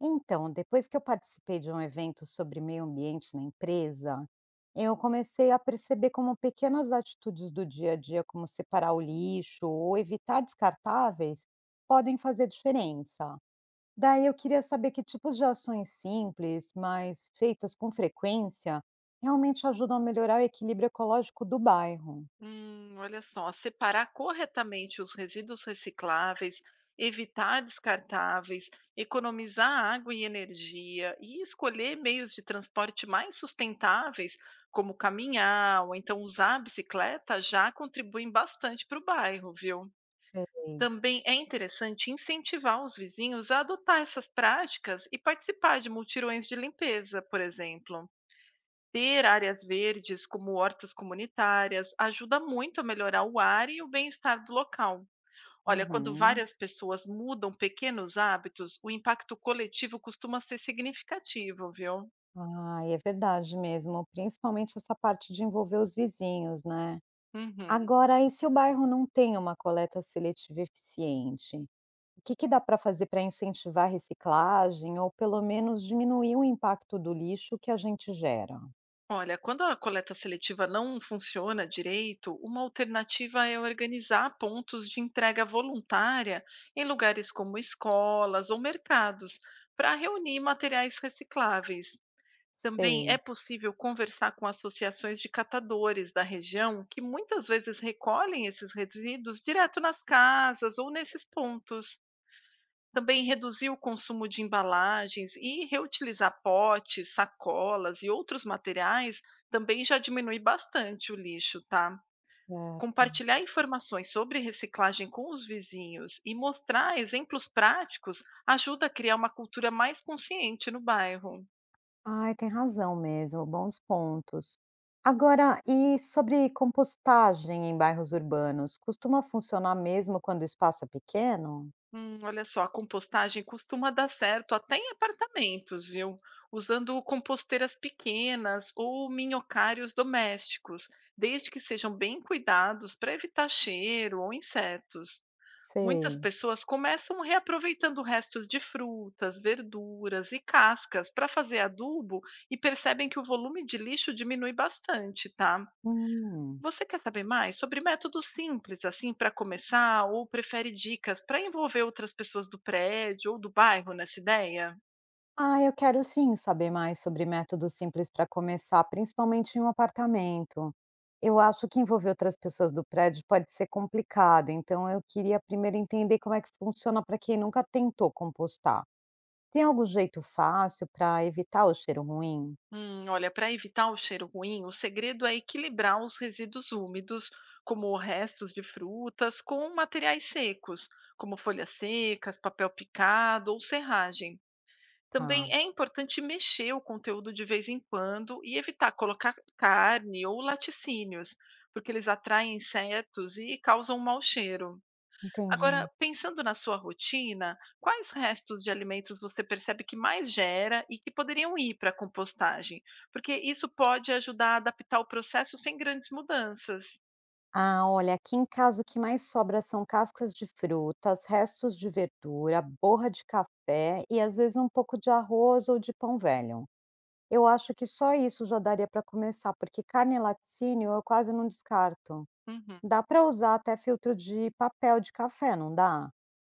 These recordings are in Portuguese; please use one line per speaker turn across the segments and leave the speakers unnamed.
Então, depois que eu participei de um evento sobre meio ambiente na empresa, eu comecei a perceber como pequenas atitudes do dia a dia, como separar o lixo ou evitar descartáveis, podem fazer diferença. Daí eu queria saber que tipos de ações simples, mas feitas com frequência, realmente ajudam a melhorar o equilíbrio ecológico do bairro.
Olha só, separar corretamente os resíduos recicláveis, evitar descartáveis, economizar água e energia e escolher meios de transporte mais sustentáveis, como caminhar ou então usar a bicicleta, já contribuem bastante para o bairro, viu?
Sei.
Também é interessante incentivar os vizinhos a adotar essas práticas e participar de multirões de limpeza, por exemplo. Ter áreas verdes, como hortas comunitárias, ajuda muito a melhorar o ar e o bem-estar do local. Olha, quando
Uhum.
várias pessoas mudam pequenos hábitos, o impacto coletivo costuma ser significativo, viu?
Ah, é verdade mesmo, principalmente essa parte de envolver os vizinhos, né?
Uhum.
Agora, e se o bairro não tem uma coleta seletiva eficiente? O que que dá para fazer para incentivar a reciclagem ou pelo menos diminuir o impacto do lixo que a gente gera?
Olha, quando a coleta seletiva não funciona direito, uma alternativa é organizar pontos de entrega voluntária em lugares como escolas ou mercados, para reunir materiais recicláveis. Também é
Sei,
possível conversar com associações de catadores da região, que muitas vezes recolhem esses resíduos direto nas casas ou nesses pontos. Também reduzir o consumo de embalagens e reutilizar potes, sacolas e outros materiais também já diminui bastante o lixo, tá?
certo.
Compartilhar informações sobre reciclagem com os vizinhos e mostrar exemplos práticos ajuda a criar uma cultura mais consciente no bairro.
Ai, tem razão mesmo, bons pontos. Agora, e sobre compostagem em bairros urbanos? Costuma funcionar mesmo quando o espaço é pequeno?
Olha só, a compostagem costuma dar certo até em apartamentos, viu? Usando composteiras pequenas ou minhocários domésticos, desde que sejam bem cuidados para evitar cheiro ou insetos. Muitas
Sei.
pessoas começam reaproveitando restos de frutas, verduras e cascas para fazer adubo e percebem que o volume de lixo diminui bastante, tá?
Hum.
Você quer saber mais sobre métodos simples, assim, para começar, ou prefere dicas para envolver outras pessoas do prédio ou do bairro nessa ideia?
Ah, eu quero sim saber mais sobre métodos simples para começar, principalmente em um apartamento. Eu acho que envolver outras pessoas do prédio pode ser complicado, então eu queria primeiro entender como é que funciona para quem nunca tentou compostar. Tem algum jeito fácil para evitar o cheiro ruim?
Olha, para evitar o cheiro ruim, o segredo é equilibrar os resíduos úmidos, como restos de frutas, com materiais secos, como folhas secas, papel picado ou serragem.
Tá,
Também é importante mexer o conteúdo de vez em quando e evitar colocar carne ou laticínios, porque eles atraem insetos e causam um mau cheiro. Agora,
entendi.
pensando na sua rotina, quais restos de alimentos você percebe que mais gera e que poderiam ir para a compostagem? Porque isso pode ajudar a adaptar o processo sem grandes mudanças.
Ah, olha, aqui em casa o que mais sobra são cascas de frutas, restos de verdura, borra de café e às vezes um pouco de arroz ou de pão velho. Eu acho que só isso já daria para começar, porque carne e laticínio eu quase não descarto.
Uhum.
Dá para usar até filtro de papel de café, não dá?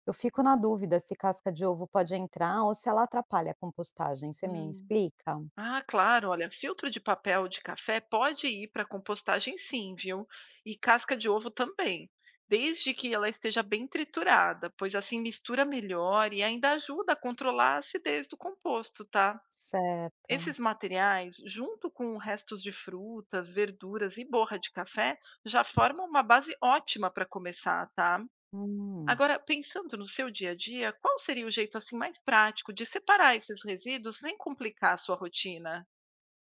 Eu fico na dúvida se casca de ovo pode entrar ou se ela atrapalha a compostagem. Você me
Hum.
explica?
Ah, claro, olha, filtro de papel de café pode ir para compostagem sim, viu? E casca de ovo também, desde que ela esteja bem triturada, pois assim mistura melhor e ainda ajuda a controlar a acidez do composto, tá?
Certo.
Esses materiais, junto com restos de frutas, verduras e borra de café, já formam uma base ótima para começar, tá?
Hum.
Agora, pensando no seu dia a dia, qual seria o jeito assim mais prático de separar esses resíduos sem complicar a sua rotina?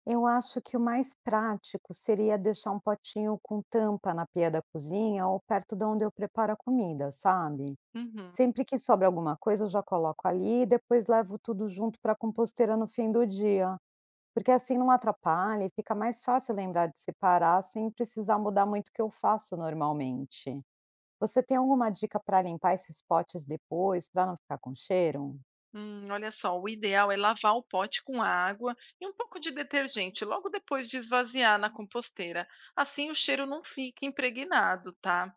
Eu acho que o mais prático seria deixar um potinho com tampa na pia da cozinha ou perto de onde eu preparo a comida, sabe?
Uhum.
Sempre que sobra alguma coisa, eu já coloco ali e depois levo tudo junto para a composteira no fim do dia. Porque assim não atrapalha e fica mais fácil lembrar de separar sem precisar mudar muito o que eu faço normalmente. Você tem alguma dica para limpar esses potes depois, para não ficar com cheiro?
Olha só, o ideal é lavar o pote com água e um pouco de detergente logo depois de esvaziar na composteira. Assim o cheiro não fica impregnado, tá?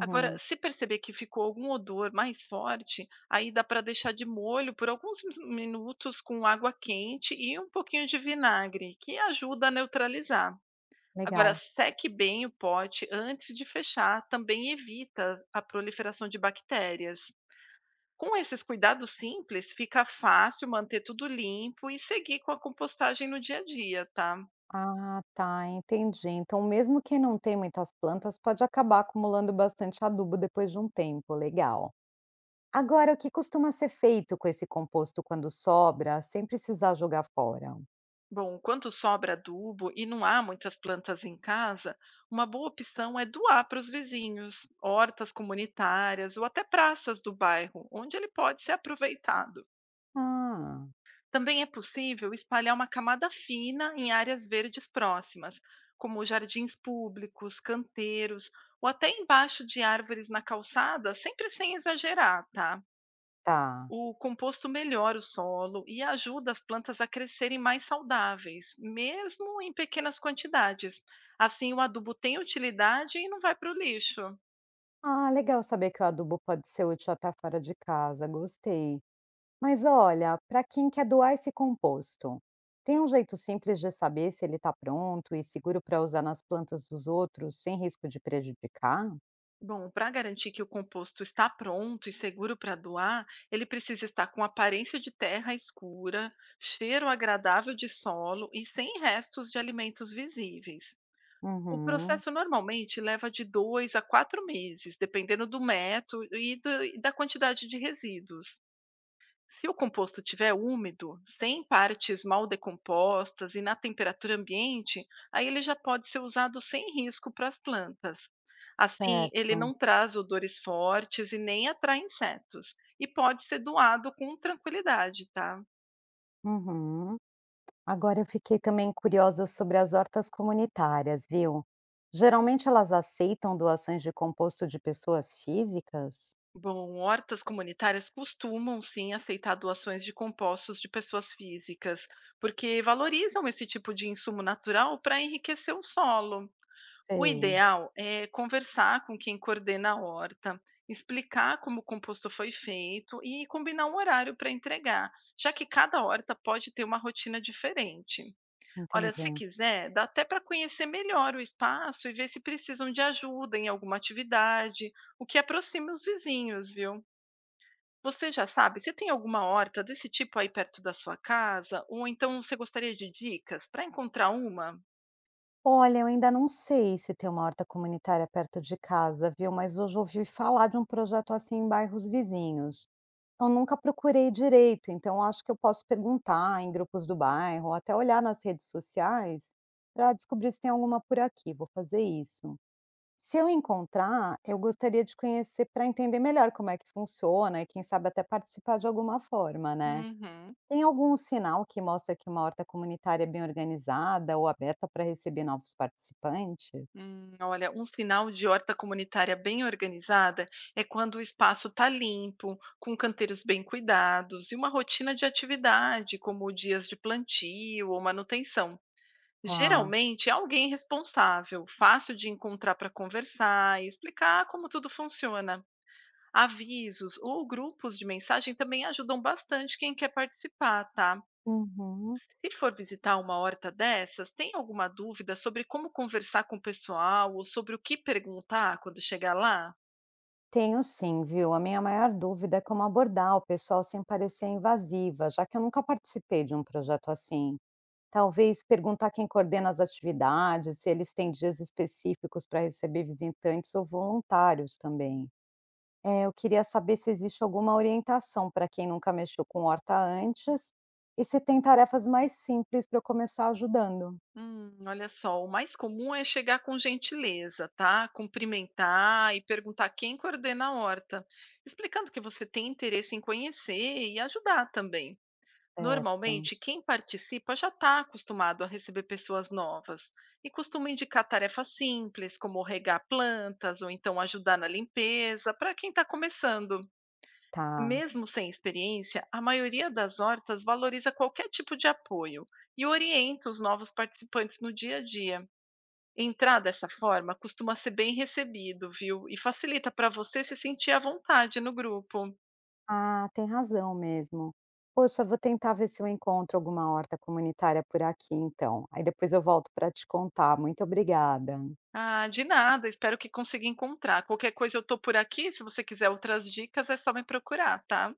Agora, se perceber que ficou algum odor mais forte, aí dá para deixar de molho por alguns minutos com água quente e um pouquinho de vinagre, que ajuda a neutralizar. Agora,
legal.
seque bem o pote antes de fechar, também evita a proliferação de bactérias. Com esses cuidados simples, fica fácil manter tudo limpo e seguir com a compostagem no dia a dia, tá?
Ah, tá, entendi. Então, mesmo quem não tem muitas plantas pode acabar acumulando bastante adubo depois de um tempo, legal. Agora, o que costuma ser feito com esse composto quando sobra, sem precisar jogar fora?
Bom, quando sobra adubo e não há muitas plantas em casa, uma boa opção é doar para os vizinhos, hortas comunitárias ou até praças do bairro, onde ele pode ser aproveitado.
Ah,
Também é possível espalhar uma camada fina em áreas verdes próximas, como jardins públicos, canteiros ou até embaixo de árvores na calçada, sempre sem exagerar, tá?
tá.
O composto melhora o solo e ajuda as plantas a crescerem mais saudáveis, mesmo em pequenas quantidades. Assim, o adubo tem utilidade e não vai para o lixo.
Ah, legal saber que o adubo pode ser útil até fora de casa, gostei. Mas olha, para quem quer doar esse composto, tem um jeito simples de saber se ele está pronto e seguro para usar nas plantas dos outros sem risco de prejudicar?
Bom, para garantir que o composto está pronto e seguro para doar, ele precisa estar com aparência de terra escura, cheiro agradável de solo e sem restos de alimentos visíveis. O
Uhum.
processo normalmente leva de dois a quatro meses, dependendo do método e e da quantidade de resíduos. Se o composto estiver úmido, sem partes mal decompostas e na temperatura ambiente, aí ele já pode ser usado sem risco para as plantas. Assim, ele não
Certo.
traz odores fortes e nem atrai insetos, e pode ser doado com tranquilidade, tá?
Uhum. Agora eu fiquei também curiosa sobre as hortas comunitárias, viu? Geralmente elas aceitam doações de composto de pessoas físicas?
Bom, hortas comunitárias costumam sim aceitar doações de compostos de pessoas físicas, porque valorizam esse tipo de insumo natural para enriquecer o solo. O
Sei,
ideal é conversar com quem coordena a horta, explicar como o composto foi feito e combinar um horário para entregar, já que cada horta pode ter uma rotina diferente. Olha, se
entendi.
quiser, dá até para conhecer melhor o espaço e ver se precisam de ajuda em alguma atividade, o que aproxima os vizinhos, viu? Você já sabe, você tem alguma horta desse tipo aí perto da sua casa? Ou então você gostaria de dicas para encontrar uma?
Olha, eu ainda não sei se tem uma horta comunitária perto de casa, viu? Mas hoje eu ouvi falar de um projeto assim em bairros vizinhos. Eu nunca procurei direito, então acho que eu posso perguntar em grupos do bairro, ou até olhar nas redes sociais para descobrir se tem alguma por aqui. Vou fazer isso. Se eu encontrar, eu gostaria de conhecer para entender melhor como é que funciona e quem sabe até participar de alguma forma, né?
Uhum.
Tem algum sinal que mostra que uma horta comunitária é bem organizada ou aberta para receber novos participantes?
Olha, um sinal de horta comunitária bem organizada é quando o espaço está limpo, com canteiros bem cuidados e uma rotina de atividade, como dias de plantio ou manutenção.
Tá.
Geralmente é alguém responsável, fácil de encontrar para conversar e explicar como tudo funciona. Avisos ou grupos de mensagem também ajudam bastante quem quer participar, tá?
Uhum.
Se for visitar uma horta dessas, tem alguma dúvida sobre como conversar com o pessoal ou sobre o que perguntar quando chegar lá?
Tenho sim, viu? A minha maior dúvida é como abordar o pessoal sem parecer invasiva, já que eu nunca participei de um projeto assim. Talvez perguntar quem coordena as atividades, se eles têm dias específicos para receber visitantes ou voluntários também. É, eu queria saber se existe alguma orientação para quem nunca mexeu com horta antes e se tem tarefas mais simples para eu começar ajudando.
Olha só, o mais comum é chegar com gentileza, tá? Cumprimentar e perguntar quem coordena a horta, explicando que você tem interesse em conhecer e ajudar também.
Certo,
Normalmente, quem participa já está acostumado a receber pessoas novas e costuma indicar tarefas simples, como regar plantas ou então ajudar na limpeza, para quem está começando.
tá.
Mesmo sem experiência, a maioria das hortas valoriza qualquer tipo de apoio e orienta os novos participantes no dia a dia. Entrar dessa forma costuma ser bem recebido, viu? E facilita para você se sentir à vontade no grupo.
Ah, tem razão mesmo. Poxa, eu vou tentar ver se eu encontro alguma horta comunitária por aqui, então. Aí depois eu volto para te contar. Muito obrigada.
Ah, de nada, espero que consiga encontrar. Qualquer coisa eu tô por aqui, se você quiser outras dicas é só me procurar, tá?